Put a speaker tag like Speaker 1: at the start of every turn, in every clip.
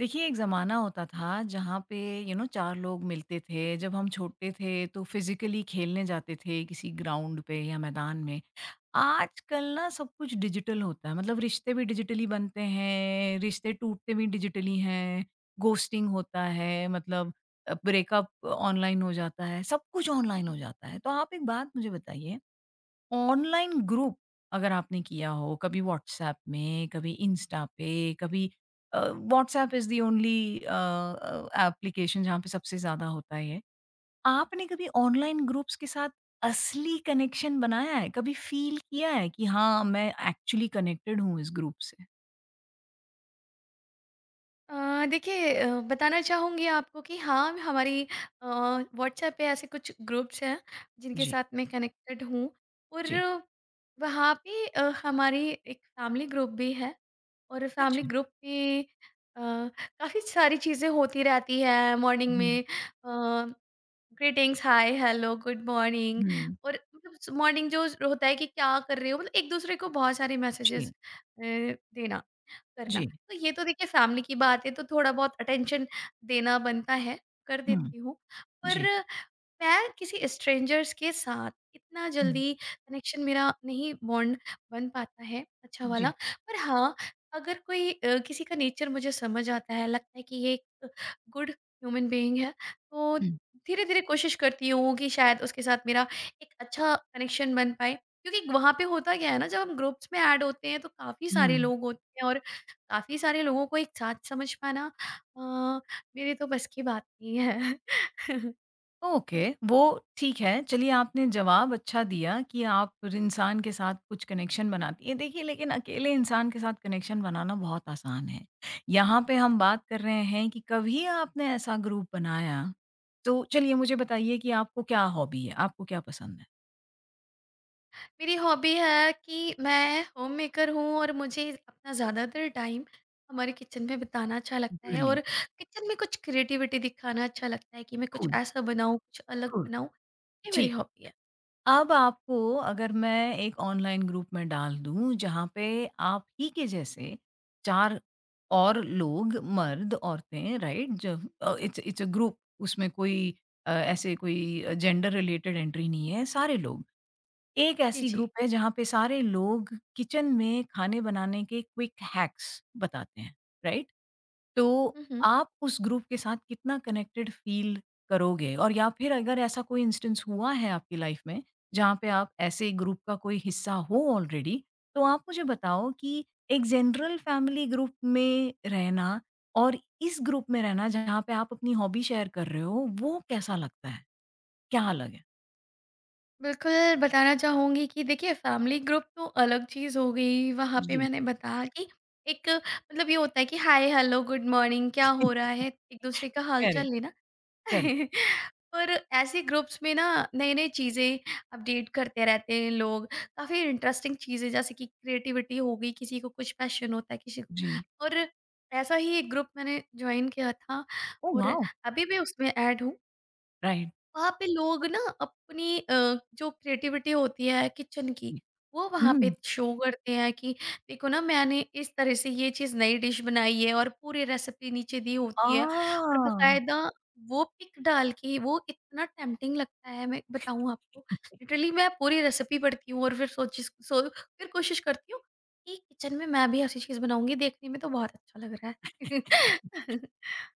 Speaker 1: देखिए, एक ज़माना होता था जहाँ पे 4 लोग मिलते थे। जब हम छोटे थे तो फिज़िकली खेलने जाते थे किसी ग्राउंड पे या मैदान में। आजकल ना सब कुछ डिजिटल होता है मतलब रिश्ते भी डिजिटली बनते हैं, रिश्ते टूटते भी डिजिटली हैं, घोस्टिंग होता है मतलब ब्रेकअप ऑनलाइन हो जाता है, सब कुछ ऑनलाइन हो जाता है। तो आप एक बात मुझे बताइए ऑनलाइन ग्रुप अगर आपने किया हो, कभी व्हाट्सऐप में, कभी इंस्टा पे, कभी WhatsApp is the only application जहाँ पे सबसे ज़्यादा होता है ये। आपने कभी ऑनलाइन ग्रुप्स के साथ असली कनेक्शन बनाया है? कभी फ़ील किया है कि हाँ, मैं एक्चुअली कनेक्टेड हूँ इस ग्रुप से?
Speaker 2: देखिए बताना चाहूँगी आपको कि हाँ, हमारी अ, व्हाट्सएप पे ऐसे कुछ ग्रुप्स हैं, जिनके
Speaker 1: जी,
Speaker 2: साथ मैं कनेक्टेड हूँ और
Speaker 1: जी।
Speaker 2: वहाँ पे हमारी एक फैमिली ग्रुप भी है और फैमिली
Speaker 1: अच्छा।
Speaker 2: ग्रुप पे काफ़ी सारी चीज़ें होती रहती हैं। मॉर्निंग
Speaker 1: हुँ,
Speaker 2: में uh, greetings, hi, hello, good morning
Speaker 1: हुँ।
Speaker 2: और मतलब मॉर्निंग जो होता है कि क्या कर रहे हो? मतलब एक-दूसरे को बहुत सारे मैसेजेस
Speaker 1: जी,
Speaker 2: देना। करना।
Speaker 1: जी।
Speaker 2: तो ये तो देखिए फैमिली की बात है तो थोड़ा बहुत अटेंशन देना बनता है, कर
Speaker 1: हुँ,
Speaker 2: देती हूँ। पर
Speaker 1: जी।
Speaker 2: मैं किसी स्ट्रेंजर्स के साथ इतना
Speaker 1: हुँ,
Speaker 2: जल्दी कनेक्शन मेरा नहीं बॉन्ड बन पाता है अच्छा वाला।
Speaker 1: जी।
Speaker 2: पर हाँ, अगर कोई किसी का नेचर मुझे समझ आता है, लगता है कि ये एक गुड ह्यूमन बीइंग है, तो
Speaker 1: हुँ,
Speaker 2: धीरे-धीरे कोशिश करती हूँ कि शायद उसके साथ मेरा एक अच्छा कनेक्शन बन पाए। क्योंकि वहाँ पे होता क्या है ना, जब हम ग्रुप्स में ऐड होते हैं, तो काफ़ी सारे
Speaker 1: हुँ।
Speaker 2: लोग होते हैं और काफ़ी सारे लोगों को एक साथ समझ पाना अ, मेरे तो बस की बात नहीं है।
Speaker 1: ओके, वो ठीक है। चलिए आपने जवाब अच्छा दिया कि आप फिर इंसान के साथ कुछ कनेक्शन बनाती हैं। देखिए लेकिन अकेले इंसान के साथ कनेक्शन बनाना बहुत आसान है। यहाँ पे हम बात कर रहे हैं कि कभी आपने ऐसा ग्रुप बनाया तो चलिए मुझे बताइए कि आपको क्या हॉबी है? आपको क्या पसंद है?
Speaker 2: मेरी हॉबी है कि मैं होममेकर हूँ और मुझे अपना ज़्यादातर टाइम हमारे किचन में बिताना अच्छा लगता है और
Speaker 1: ब्रिलियंट,
Speaker 2: किचन में कुछ क्रिएटिविटी दिखाना अच्छा लगता है कि मैं कुछ
Speaker 1: कूल,
Speaker 2: ऐसा बनाऊँ, कुछ अलग
Speaker 1: कूल,
Speaker 2: बनाऊँ, ये मेरी
Speaker 1: ठीक।
Speaker 2: हॉबी है।
Speaker 1: अब आपको अगर मैं एक ऑनलाइन ग्रुप में डाल दूं जहां पे आप ही के जैसे चार और लोग मर्द औरतें राइट जो इट्स इट्स अ ग्रुप उसमें कोई ऐसे कोई जेंडर रिलेटेड एंट्री नहीं है सारे लोग एक
Speaker 2: जी,
Speaker 1: ऐसी
Speaker 2: जी।
Speaker 1: ग्रुप है जहां पे सारे लोग किचन में खाने बनाने के क्विक हैक्स बताते हैं राइट तो
Speaker 2: हुँ, हुँ।
Speaker 1: आप उस ग्रुप के साथ कितना कनेक्टेड फ़ील करोगे? और या फिर अगर ऐसा कोई इंस्टेंस हुआ है आपकी लाइफ़ में, जहाँ पे आप ऐसे ग्रुप का कोई हिस्सा हो ऑलरेडी, तो आप मुझे बताओ कि एक जनरल फैमिली ग्रुप में रहना और इस ग्रुप में रहना जहाँ पे आप अपनी हॉबी शेयर कर रहे हो, वो कैसा लगता है? क्या अलग है?
Speaker 2: बिल्कुल, बताना चाहूँगी कि देखिए फैमिली ग्रुप तो अलग चीज़ हो गई, वहाँ पे
Speaker 1: जी,
Speaker 2: मैंने बताया कि एक मतलब ये होता है कि हाय, हेलो, गुड मॉर्निंग क्या हो रहा है? एक-दूसरे का हालचाल
Speaker 1: करेक्ट,
Speaker 2: लेना।
Speaker 1: करेक्ट,
Speaker 2: और ऐसे ग्रुप्स में ना नई नई चीज़ें अपडेट करते रहते हैं लोग, काफ़ी इंटरेस्टिंग चीज़ें जैसे कि क्रिएटिविटी हो गई किसी को, कुछ पैशन होता है किसी
Speaker 1: जी।
Speaker 2: को। और ऐसा ही एक ग्रुप मैंने ज्वाइन किया था
Speaker 1: ओह
Speaker 2: और
Speaker 1: वाओ!
Speaker 2: अभी मैं उसमें ऐड हूँ।
Speaker 1: राइट।
Speaker 2: वहाँ पे लोग ना अपनी जो क्रिएटिविटी होती है किचन की,
Speaker 1: जी।
Speaker 2: वो वहाँ पे
Speaker 1: हुँ।
Speaker 2: शो करते हैं कि देखो ना मैंने इस तरह से ये चीज़, नई डिश बनाई है और पूरी रेसिपी नीचे दी होती है और
Speaker 1: आह!
Speaker 2: बकायदा वो पिक डाल के। वो इतना टेम्पटिंग लगता है, मैं बताऊँ आपको, लिटरली मैं पूरी रेसिपी पढ़ती हूँ और फिर सोची सो फिर कोशिश करती हूँ कि किचन में मैं भी ऐसी चीज़ बनाऊंगी, देखने में तो बहुत अच्छा लग रहा है।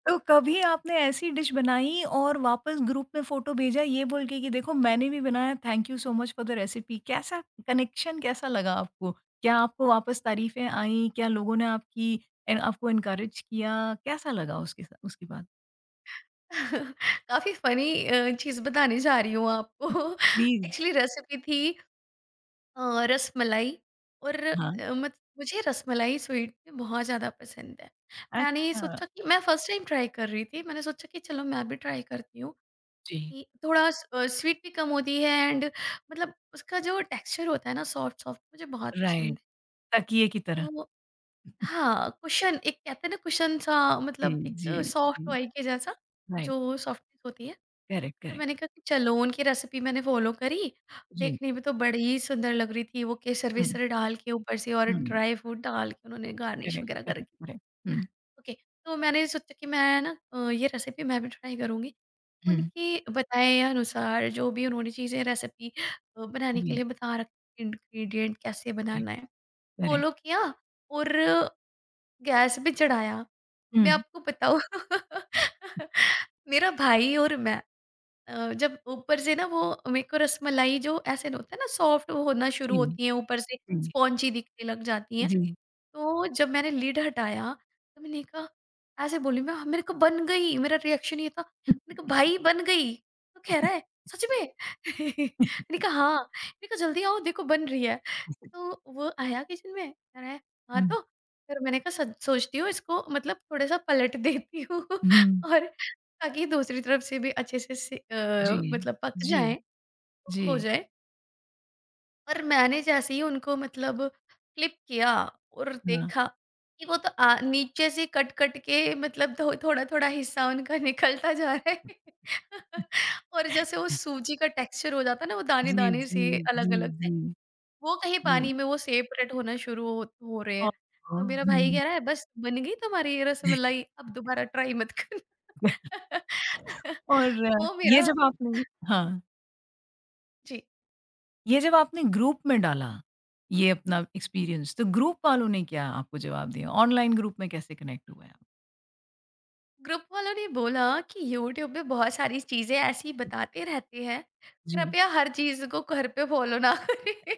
Speaker 1: तो कभी आपने ऐसी डिश बनाई और वापस ग्रुप में फोटो भेजा ये बोल के कि देखो मैंने भी बनाया thank you so much for the recipe कैसा कनेक्शन कैसा लगा आपको क्या आपको वापस तारीफें आई क्या लोगों ने आपकी आपको इनकरेज किया कैसा लगा उसके साथ उसके बाद
Speaker 2: काफ़ी फ़नी चीज़ बताने जा रही हूँ आपको।
Speaker 1: प्लीज
Speaker 2: एक्चुअली रेसिपी थी अ, रसमलाई और
Speaker 1: हाँ
Speaker 2: मत मुझे रसमलाई स्वीट में बहुत ज़्यादा पसंद है। मैंने
Speaker 1: अच्छा
Speaker 2: सोचा कि मैं फर्स्ट टाइम ट्राई कर रही थी। मैंने सोचा कि चलो मैं भी ट्राई करती हूँ
Speaker 1: जी
Speaker 2: कि थोड़ा स्वीट भी कम होती है एंड मतलब उसका जो टेक्सचर होता है ना, सॉफ्ट सॉफ्ट मुझे बहुत पसंद
Speaker 1: राइट
Speaker 2: है।
Speaker 1: तकिए की तरह
Speaker 2: तो हाँ, कुशन एक कहते हैं ना, कुशन सा,
Speaker 1: जी
Speaker 2: मतलब एक
Speaker 1: जी
Speaker 2: सॉफ्ट
Speaker 1: जी
Speaker 2: टॉय के जैसा
Speaker 1: राइट
Speaker 2: जो सॉफ्टनेस होती है।
Speaker 1: करेक्ट
Speaker 2: तो
Speaker 1: करेक्ट
Speaker 2: मैंने कहा कि चलोन की रेसिपी मैंने फ़ॉलो करी,
Speaker 1: जी
Speaker 2: देखने में तो बड़ी ही सुंदर लग रही थी। वो केसर
Speaker 1: हम्म
Speaker 2: वेसर डाल के ऊपर से और
Speaker 1: हम्म
Speaker 2: ड्राई फ्रूट डाल के उन्होंने गार्निश
Speaker 1: करेक्ट
Speaker 2: वगैरह कर
Speaker 1: करेक्ट
Speaker 2: रखी।
Speaker 1: करेक्ट हम्म
Speaker 2: ओके, तो मैंने सोचा कि मैं ना ये रेसिपी मैं भी ट्राई करूँगी।
Speaker 1: हम्म,
Speaker 2: उनके बताए अनुसार जो भी उन्होंने चीज़ें रेसिपी बनाने के
Speaker 1: जी
Speaker 2: लिए बता रखी, इंग्रीडिएंट कैसे
Speaker 1: करेक्ट
Speaker 2: बनाना है,
Speaker 1: करेक्ट
Speaker 2: फ़ॉलो किया और गैस पे चढ़ाया। मैं
Speaker 1: हम्म
Speaker 2: आपको बताऊँ मेरा भाई और मैं जब ऊपर से ना वो मेरे को रसमलाई जो ऐसे होता है ना सॉफ्ट, वो होना शुरू
Speaker 1: जी
Speaker 2: होती है ऊपर से,
Speaker 1: जी
Speaker 2: स्पॉन्जी दिखने लग जाती है।
Speaker 1: जी।
Speaker 2: तो जब मैंने लिड हटाया तो मैंने कहा, ऐसे बोली मैं, "हाँ, मेरे को बन गई"। मेरा रिएक्शन ये था, मैंने कहा भाई बन गई। तो कह रहा है सच में? मैंने कहा हाँ, मैंने कहा जल्दी आओ देखो बन रही है। तो वो आया किचन में, कह रहा है, "हाँ,
Speaker 1: हुँ,
Speaker 2: तो?" फिर मैंने कहा सच सोचती हूँ इसको, मतलब थोड़ा-सा पलट देती हूँ
Speaker 1: हुँ।
Speaker 2: और ताकि दूसरी तरफ से भी अच्छे से से
Speaker 1: जी,
Speaker 2: अ, मतलब पक
Speaker 1: जी,
Speaker 2: जाएँ, कुक
Speaker 1: जी,
Speaker 2: हो जाएँ। और मैंने जैसे ही उनको मतलब फ्लिप किया और
Speaker 1: हाँ।
Speaker 2: देखा कि वो तो नीचे से कट-कट के, मतलब थो थोड़ा-थोड़ा हिस्सा उनका निकलता जा रहा है। और जैसे वो सूजी का टेक्सचर हो जाता है ना, वो
Speaker 1: जी,
Speaker 2: दाने-दाने
Speaker 1: जी,
Speaker 2: से
Speaker 1: जी,
Speaker 2: अलग-अलग,
Speaker 1: जी,
Speaker 2: वो कहीं पानी
Speaker 1: जी।
Speaker 2: में वो सेपरेट होना शुरू हो रहे हैं।
Speaker 1: और
Speaker 2: तो
Speaker 1: हाँ,
Speaker 2: मेरा भाई
Speaker 1: हुँ।
Speaker 2: कह रहा है बस बन गई तुम्हारी ये रसमलाई, अब दोबारा ट्राई मत करना।
Speaker 1: और
Speaker 2: वो
Speaker 1: ये
Speaker 2: मेरा
Speaker 1: जब आपने हाँ,
Speaker 2: जी,
Speaker 1: ये जब आपने ग्रुप में डाला, ये अपना एक्सपीरियंस, तो ग्रुप वालों ने क्या आपको जवाब दिया? ऑनलाइन ग्रुप में कैसे कनेक्ट हुए आप?
Speaker 2: ग्रुप वालों ने बोला कि यूट्यूब पे बहुत सारी चीज़ें ऐसी बताते रहते हैं,
Speaker 1: जी।
Speaker 2: कृपया हर चीज़ को घर पे फॉलो ना करें।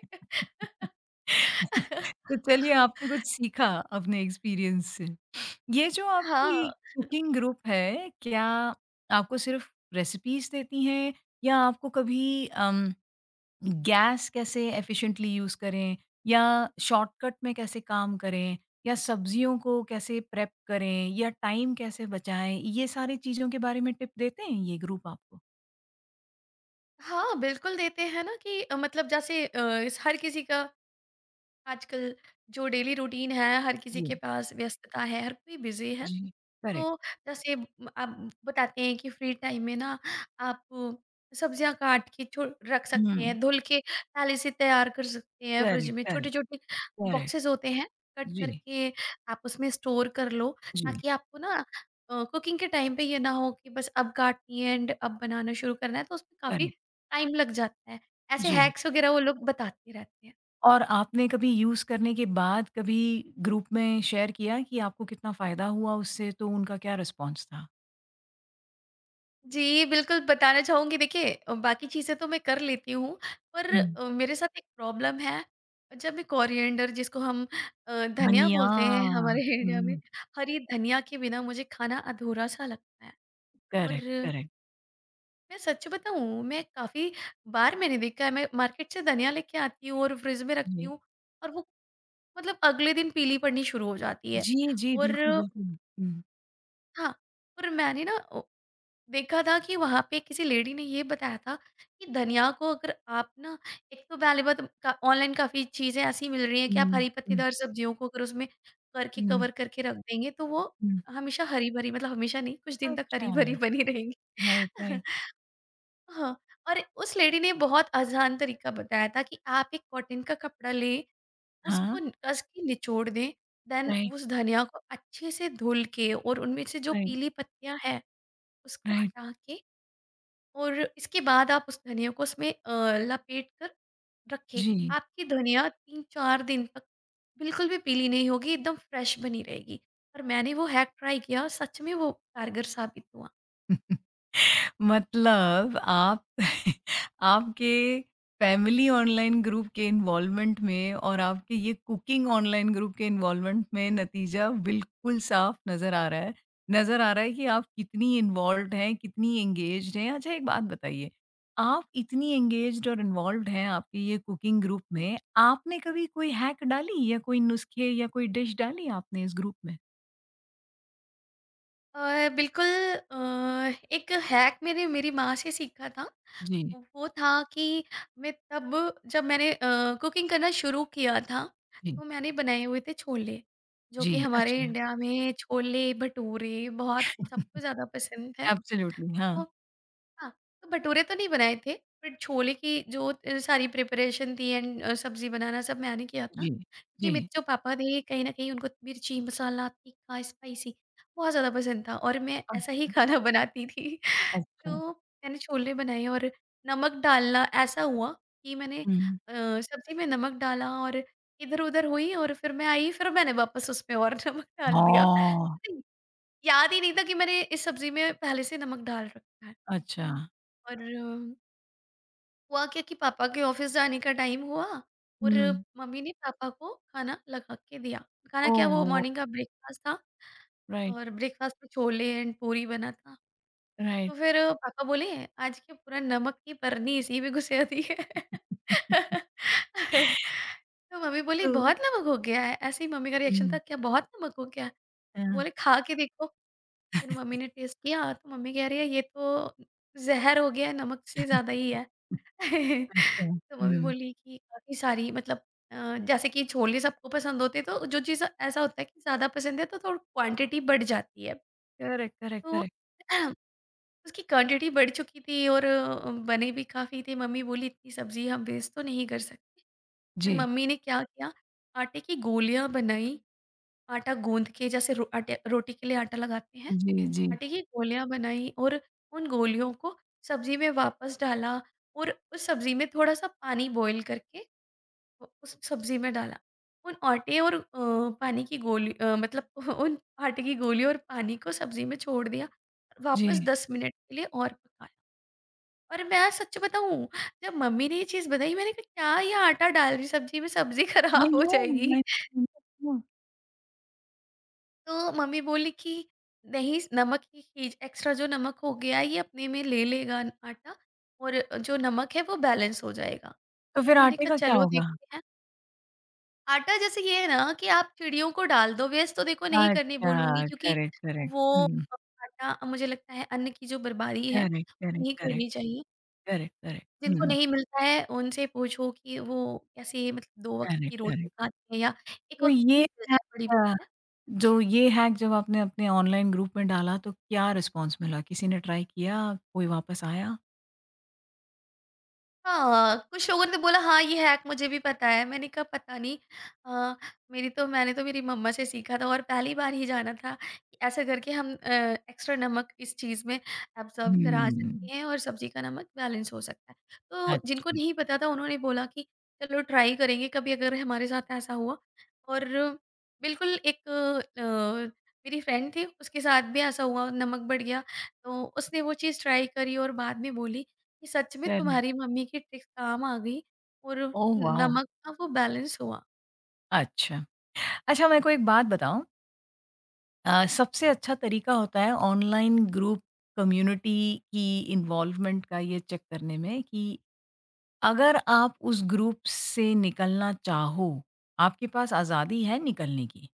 Speaker 1: तो चलिए आपने कुछ सीखा अपने एक्सपीरियंस से। ये जो
Speaker 2: हाँ,
Speaker 1: आपकी कुकिंग ग्रुप है, क्या आपको सिर्फ़ रेसिपीज़ देती हैं या आपको कभी गैस कैसे एफ़िशिएंटली यूज़ करें या शॉर्टकट में कैसे काम करें या सब्जियों को कैसे प्रेप करें या टाइम कैसे बचाएँ, ये सारी चीज़ों के बारे में टिप देते हैं ये ग्रुप आपको?
Speaker 2: हाँ, बिल्कुल देते हैं ना कि मतलब जैसे हर किसी का आजकल जो डेली रूटीन है, हर किसी के
Speaker 1: जी,
Speaker 2: पास व्यस्तता है, हर कोई बिज़ी है।
Speaker 1: जी, करेक्ट।
Speaker 2: तो जैसे आप बताते हैं कि फ्री टाइम में ना आप सब्जियां काट के छो रख
Speaker 1: हुँ,
Speaker 2: सकते हैं धुल के, पहले से तैयार कर सकते हैं। फ्रिज
Speaker 1: करेक्ट,
Speaker 2: में छोटे
Speaker 1: करेक्ट,
Speaker 2: छोटे
Speaker 1: करेक्ट।
Speaker 2: बॉक्सेस होते हैं, कट
Speaker 1: जी,
Speaker 2: करके आप उसमें स्टोर कर लो
Speaker 1: जी,
Speaker 2: ताकि आपको ना कुकिंग के टाइम पे ये ना हो कि बस अब काटनी है एंड अब बनाना शुरू करना है, तो उसमें काफ़ी
Speaker 1: करेक्ट,
Speaker 2: टाइम लग जाता है। ऐसे
Speaker 1: जी।
Speaker 2: हैक्स वगैरह वो लोग बताते रहते हैं।
Speaker 1: और आपने कभी यूज़ करने के बाद कभी ग्रुप में शेयर किया कि आपको कितना फ़ायदा हुआ उससे, तो उनका क्या रिस्पॉन्स था?
Speaker 2: जी, बिल्कुल बताना चाहूँगी। देखिए बाकी चीज़ें तो मैं कर लेती हूँ, पर
Speaker 1: हुँ।
Speaker 2: मेरे साथ एक प्रॉब्लम है, जब मैं कोरिएंडर जिसको हम धनिया
Speaker 1: धनिया।
Speaker 2: बोलते हैं हमारे इंडिया में,
Speaker 1: हुँ,
Speaker 2: हरी धनिया के बिना मुझे खाना अधूरा-सा लगता है। और
Speaker 1: करेक्ट, करेक्ट।
Speaker 2: मैं सच बताऊँ, मैं काफ़ी बार मैंने देखा है, मैं मार्केट से धनिया लेके आती हूँ और फ्रिज में रखती
Speaker 1: जी।
Speaker 2: हूँ और वो मतलब अगले दिन पीली पड़नी शुरू हो जाती है।
Speaker 1: जी, जी,
Speaker 2: और
Speaker 1: बिल्कुल, बिल्कुल। हुँ।
Speaker 2: हाँ, और मैंने ना ओ देखा था कि वहाँ पे किसी लेडी ने ये बताया था कि धनिया को अगर आप ना, एक तो पहली बात का ऑनलाइन काफ़ी चीज़ें ऐसी मिल रही हैं कि आप
Speaker 1: हुँ,
Speaker 2: हरी
Speaker 1: हुँ,
Speaker 2: पत्तेदार सब्जियों को अगर उसमें करके
Speaker 1: हुँ,
Speaker 2: कवर करके रख देंगे तो वो
Speaker 1: हुँ।
Speaker 2: हमेशा हरी-भरी, मतलब हमेशा नहीं, कुछ दिन तक
Speaker 1: अच्छा,
Speaker 2: हरी-भरी बनी रहेंगी।
Speaker 1: Right, right.
Speaker 2: हाँ, और उस लेडी ने बहुत आसान तरीका बताया था कि आप एक कॉटन का कपड़ा लें, उसको
Speaker 1: हाँ,
Speaker 2: कस के निचोड़ दें, देन
Speaker 1: राइट,
Speaker 2: उस धनिया को अच्छे से धुल के और उनमें से जो
Speaker 1: राइट,
Speaker 2: पीली पत्तियाँ हैं उसको
Speaker 1: राइट।
Speaker 2: हटा के और इसके बाद आप उस धनिया को उसमें लपेट कर रखें।
Speaker 1: जी।
Speaker 2: आपकी धनिया 3-4 दिन तक बिल्कुल भी पीली नहीं होगी, एकदम फ्रेश बनी रहेगी। और मैंने वो हैक ट्राई किया और सच में वो कारगर साबित हुआ।
Speaker 1: मतलब आप आपके फैमिली ऑनलाइन ग्रुप के इन्वॉल्वमेंट में और आपके ये कुकिंग ऑनलाइन ग्रुप के इन्वॉल्वमेंट में नतीजा बिल्कुल साफ नज़र आ रहा है। नज़र आ रहा है कि आप कितनी इन्वॉल्व्ड हैं, कितनी एंगेज्ड हैं। अच्छा एक बात बताइए, आप इतनी एंगेज्ड और इन्वॉल्व्ड हैं आपके ये कुकिंग ग्रुप में, आपने कभी कोई हैक डाली या कोई नुस्खे या कोई डिश डाली आपने इस ग्रुप में?
Speaker 2: बिल्कुल अ, एक हैक मैंने मेरी माँ से सीखा था।
Speaker 1: जी,
Speaker 2: वो था कि मैं तब जब मैंने कुकिंग करना शुरू किया था,
Speaker 1: जी,
Speaker 2: तो मैंने बनाए हुए थे छोले, जो
Speaker 1: जी।
Speaker 2: कि हमारे
Speaker 1: अच्छा,
Speaker 2: इंडिया में छोले, भटूरे बहुत सबको ज़्यादा पसंद है।
Speaker 1: एब्सोल्युटली, हाँ।
Speaker 2: हाँ, तो भटूरे तो नहीं बनाए थे, बट छोले की जो सारी प्रिपरेशन थी एंड सब्ज़ी बनाना सब मैंने किया था।
Speaker 1: जी,
Speaker 2: क्योंकि मेरे
Speaker 1: जी।
Speaker 2: जो पापा थे कहीं न कहीं उनको मिर्ची, मसाला, तीखा, स्पाइसी बहुत ज़्यादा पसंद था और मैं ऐसा ही
Speaker 1: अच्छा,
Speaker 2: खाना बनाती थी।
Speaker 1: अच्छा।
Speaker 2: तो मैंने छोले बनाए और नमक डालना ऐसा हुआ कि मैंने
Speaker 1: हुँ।
Speaker 2: सब्ज़ी में नमक डाला और इधर-उधर हुई और फिर मैं आई, फिर मैंने वापस उसमें और नमक डाल दिया।
Speaker 1: हाँ,
Speaker 2: मुझे याद ही नहीं था कि मैंने इस सब्ज़ी में पहले से नमक डाल रखा है।
Speaker 1: अच्छा।
Speaker 2: और हुआ क्या कि पापा के ऑफिस जाने का टाइम हुआ और
Speaker 1: हुँ।
Speaker 2: मम्मी ने पापा को खाना लगा के दिया। खाना क्या, वो
Speaker 1: ओहो!
Speaker 2: मॉर्निंग का ब्रेकफास्ट था
Speaker 1: राइट,
Speaker 2: और ब्रेकफास्ट में छोले एंड पूरी बना था। तो
Speaker 1: राइट।
Speaker 2: फिर पापा बोले आज क्या पूरा नमक की परनी इसी में घुसा दी है। तो मम्मी बोली
Speaker 1: तो
Speaker 2: बहुत नमक हो गया है। ऐसे ही मम्मी का रिएक्शन था,
Speaker 1: हुँ।
Speaker 2: क्या बहुत नमक हो गया है? तो
Speaker 1: हाँ।
Speaker 2: बोले खा के देखो। फिर मम्मी ने टेस्ट किया तो मम्मी कह रही है ये तो ज़हर हो गया है, नमक से ज़्यादा ही है।
Speaker 1: अच्छा,
Speaker 2: तो मम्मी
Speaker 1: हुँ।
Speaker 2: बोली कि काफ़ी सारी मतलब अ, जैसे कि छोले सबको पसंद होते हैं तो जो चीज़ ऐसा होता है कि ज़्यादा पसंद है तो थोड़ी क्वांटिटी बढ़ जाती है।
Speaker 1: करेक्ट, करेक्ट,
Speaker 2: तो
Speaker 1: करेक्ट।
Speaker 2: उसकी क्वांटिटी बढ़ चुकी थी और बने भी काफ़ी थे। मम्मी बोली इतनी सब्जी हम वेस्ट तो नहीं कर सकते, देन
Speaker 1: जी,
Speaker 2: मम्मी ने क्या किया, आटे की गोलियां बनाई, आटा गूंद के जैसे आटे रोटी के लिए आटा लगाते हैं,
Speaker 1: जी, जी,
Speaker 2: आटे की गोलियां बनाई और उन गोलियों को सब्जी में वापस डाला और उस सब्जी में थोड़ा सा पानी बॉईल करके उस सब्ज़ी में डाला। उन आटे और पानी की गोली मतलब उन आटे की गोली और पानी को सब्ज़ी में छोड़ दिया। वापस
Speaker 1: जी।
Speaker 2: 10 मिनट के लिए और पकाया और मैं सच बताऊँ, जब मम्मी ने ये चीज़ बताई मैंने कहा क्या ये आटा डाल रही सब्ज़ी में, सब्ज़ी
Speaker 1: आई
Speaker 2: खराब हो
Speaker 1: नो,
Speaker 2: जाएगी।
Speaker 1: I know.
Speaker 2: तो मम्मी बोली कि नहीं, नमक ही खींच, एक्स्ट्रा जो नमक हो गया ये अपने में ले लेगा आटा और जो नमक है वो बैलेंस हो जाएगा।
Speaker 1: तो
Speaker 2: तो
Speaker 1: फिर
Speaker 2: मैंने
Speaker 1: आटे
Speaker 2: कहा
Speaker 1: का क्या
Speaker 2: चलो
Speaker 1: होगा?
Speaker 2: देखते हैं। आटा जैसे ये है ना कि आप चिड़ियों को डाल दो, वेस्ट तो देखो नहीं करने बोलूँगी
Speaker 1: अच्छा,
Speaker 2: क्योंकि
Speaker 1: करेक्ट, करेक्ट।
Speaker 2: वो
Speaker 1: हुँ,
Speaker 2: आटा, मुझे लगता है अन्न की जो बर्बादी है,
Speaker 1: करेक्ट,
Speaker 2: वो
Speaker 1: करेक्ट,
Speaker 2: नहीं
Speaker 1: करेक्ट,
Speaker 2: करनी चाहिए।
Speaker 1: Correct, correct.
Speaker 2: जिनको
Speaker 1: हुँ,
Speaker 2: नहीं मिलता है उनसे पूछो कि वो कैसे मतलब 2 वक़्त की
Speaker 1: करेक्ट,
Speaker 2: रोटी
Speaker 1: करेक्ट।
Speaker 2: खाते हैं या 1
Speaker 1: तो
Speaker 2: वक़्त भी
Speaker 1: ये
Speaker 2: मिल
Speaker 1: है
Speaker 2: जाए बड़ी बात है।
Speaker 1: जो ये हैक जब आपने अपने ऑनलाइन ग्रुप में डाला तो क्या रिस्पॉन्स मिला? किसी ने ट्राई किया? कोई वापस आया?
Speaker 2: हाँ, कुछ लोगों ने बोला हाँ, ये हैक मुझे भी पता है। मैंने कहा पता नहीं अ, मेरी तो मैंने तो मेरी मम्मा से सीखा था और पहली बार ही जाना था कि ऐसा करके हम एक्स्ट्रा नमक इस चीज़ में एब्ज़ॉर्ब करा
Speaker 1: हुँ,
Speaker 2: सकते हैं और सब्ज़ी का नमक बैलेंस हो सकता है। तो जिनको
Speaker 1: अच्छा।
Speaker 2: नहीं पता था उन्होंने बोला कि चलो ट्राई करेंगे कभी अगर हमारे साथ ऐसा हुआ। और बिल्कुल, एक मेरी फ्रेंड थी उसके साथ भी ऐसा हुआ, नमक बढ़ गया, तो उसने वो चीज़ ट्राई करी और बाद में बोली कि सच में
Speaker 1: करेक्ट।
Speaker 2: तुम्हारी मम्मी की ट्रिक्स काम आ गई और
Speaker 1: ओह वाओ!
Speaker 2: नमक का वो बैलेंस हुआ।
Speaker 1: अच्छा। अच्छा मेरे को एक बात बताओ सबसे अच्छा तरीका होता है ऑनलाइन ग्रुप कम्युनिटी की इन्वॉल्वमेंट का ये चेक करने में कि अगर आप उस ग्रुप से निकलना चाहो, आपके पास आज़ादी है निकलने की।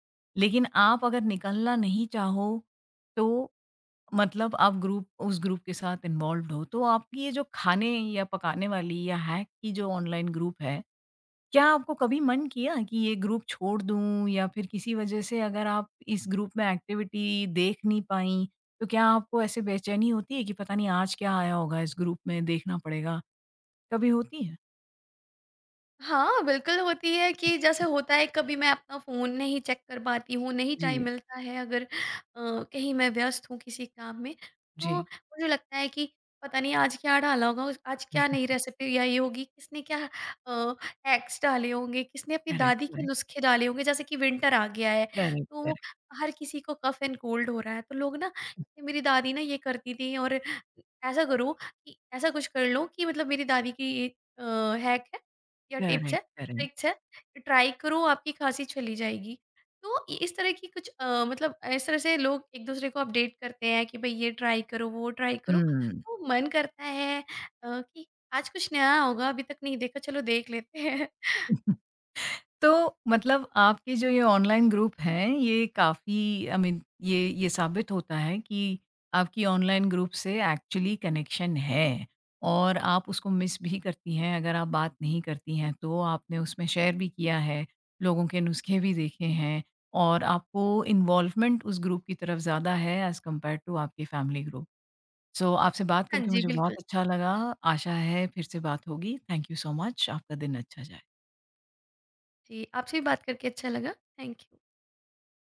Speaker 1: लेकिन आप अगर निकलना नहीं चाहो तो? मतलब आप ग्रुप उस ग्रुप के साथ इन्वॉल्व्ड हो, तो आपकी ये जो खाने या पकाने वाली या हैक की जो ऑनलाइन ग्रुप है, क्या आपको कभी मन किया कि ये ग्रुप छोड़ दूँ या फिर किसी वजह से अगर आप इस ग्रुप में एक्टिविटी देख नहीं पाईं, तो क्या आपको ऐसे बेचैनी होती है कि पता नहीं आज क्या आया होगा इस ग्रुप में देखना पड़ेगा, कभी होती है?
Speaker 2: हाँ, बिल्कुल होती है कि जैसे होता है कभी मैं अपना फ़ोन नहीं चेक कर पाती हूँ, नहीं टाइम
Speaker 1: जी,
Speaker 2: मिलता है, अगर कहीं मैं व्यस्त हूँ किसी काम में, तो
Speaker 1: जी।
Speaker 2: मुझे लगता है कि पता नहीं आज क्या डाला होगा, उस आज क्या नई रेसिपी आई होगी, किसने क्या अ, हैक्स डाले होंगे, किसने अपनी
Speaker 1: करेक्ट,
Speaker 2: दादी के
Speaker 1: करेक्ट,
Speaker 2: नुस्खे डाले होंगे। जैसे कि विंटर आ गया है,
Speaker 1: करेक्ट,
Speaker 2: तो
Speaker 1: करेक्ट,
Speaker 2: हर किसी को कफ़ एंड कोल्ड हो रहा है, तो लोग ना मेरी दादी ना ये करती थी और ऐसा करो कि ऐसा कुछ कर लो कि मतलब मेरी दादी की ये अ, हैक है या टिप्स है,
Speaker 1: करेक्ट, करेक्ट।
Speaker 2: ट्रिक्स है, ट्राई करो आपकी खाँसी चली जाएगी। तो इ इस तरह की कुछ मतलब इस तरह से लोग एक-दूसरे को अपडेट करते हैं कि भई ये ट्राई करो, वो ट्राई करो।
Speaker 1: हुँ।
Speaker 2: तो मन करता है कि आज कुछ नया होगा, अभी तक नहीं देखा, चलो देख लेते हैं।
Speaker 1: तो मतलब आपके जो ये ऑनलाइन ग्रुप हैं, ये काफ़ी आई मीन ये साबित होता है कि आपकी ऑनलाइन ग्रुप से एक्चुअली कनेक्शन है और आप उसको मिस भी करती हैं, अगर आप बात नहीं करती हैं तो। आपने उसमें शेयर भी किया है, लोगों के नुस्खे भी देखे हैं और आपको इन्वॉल्वमेंट उस ग्रुप की तरफ ज़्यादा है एज़ कम्पेयर टू आपके फैमिली ग्रुप। सो आपसे बात
Speaker 2: हाँ
Speaker 1: करके
Speaker 2: जी,
Speaker 1: मुझे बहुत
Speaker 2: बिल्कुल।
Speaker 1: अच्छा लगा, आशा है फिर से बात होगी। थैंक यू सो मच, आपका दिन अच्छा जाए।
Speaker 2: जी, आपसे भी बात करके अच्छा लगा। Thank you.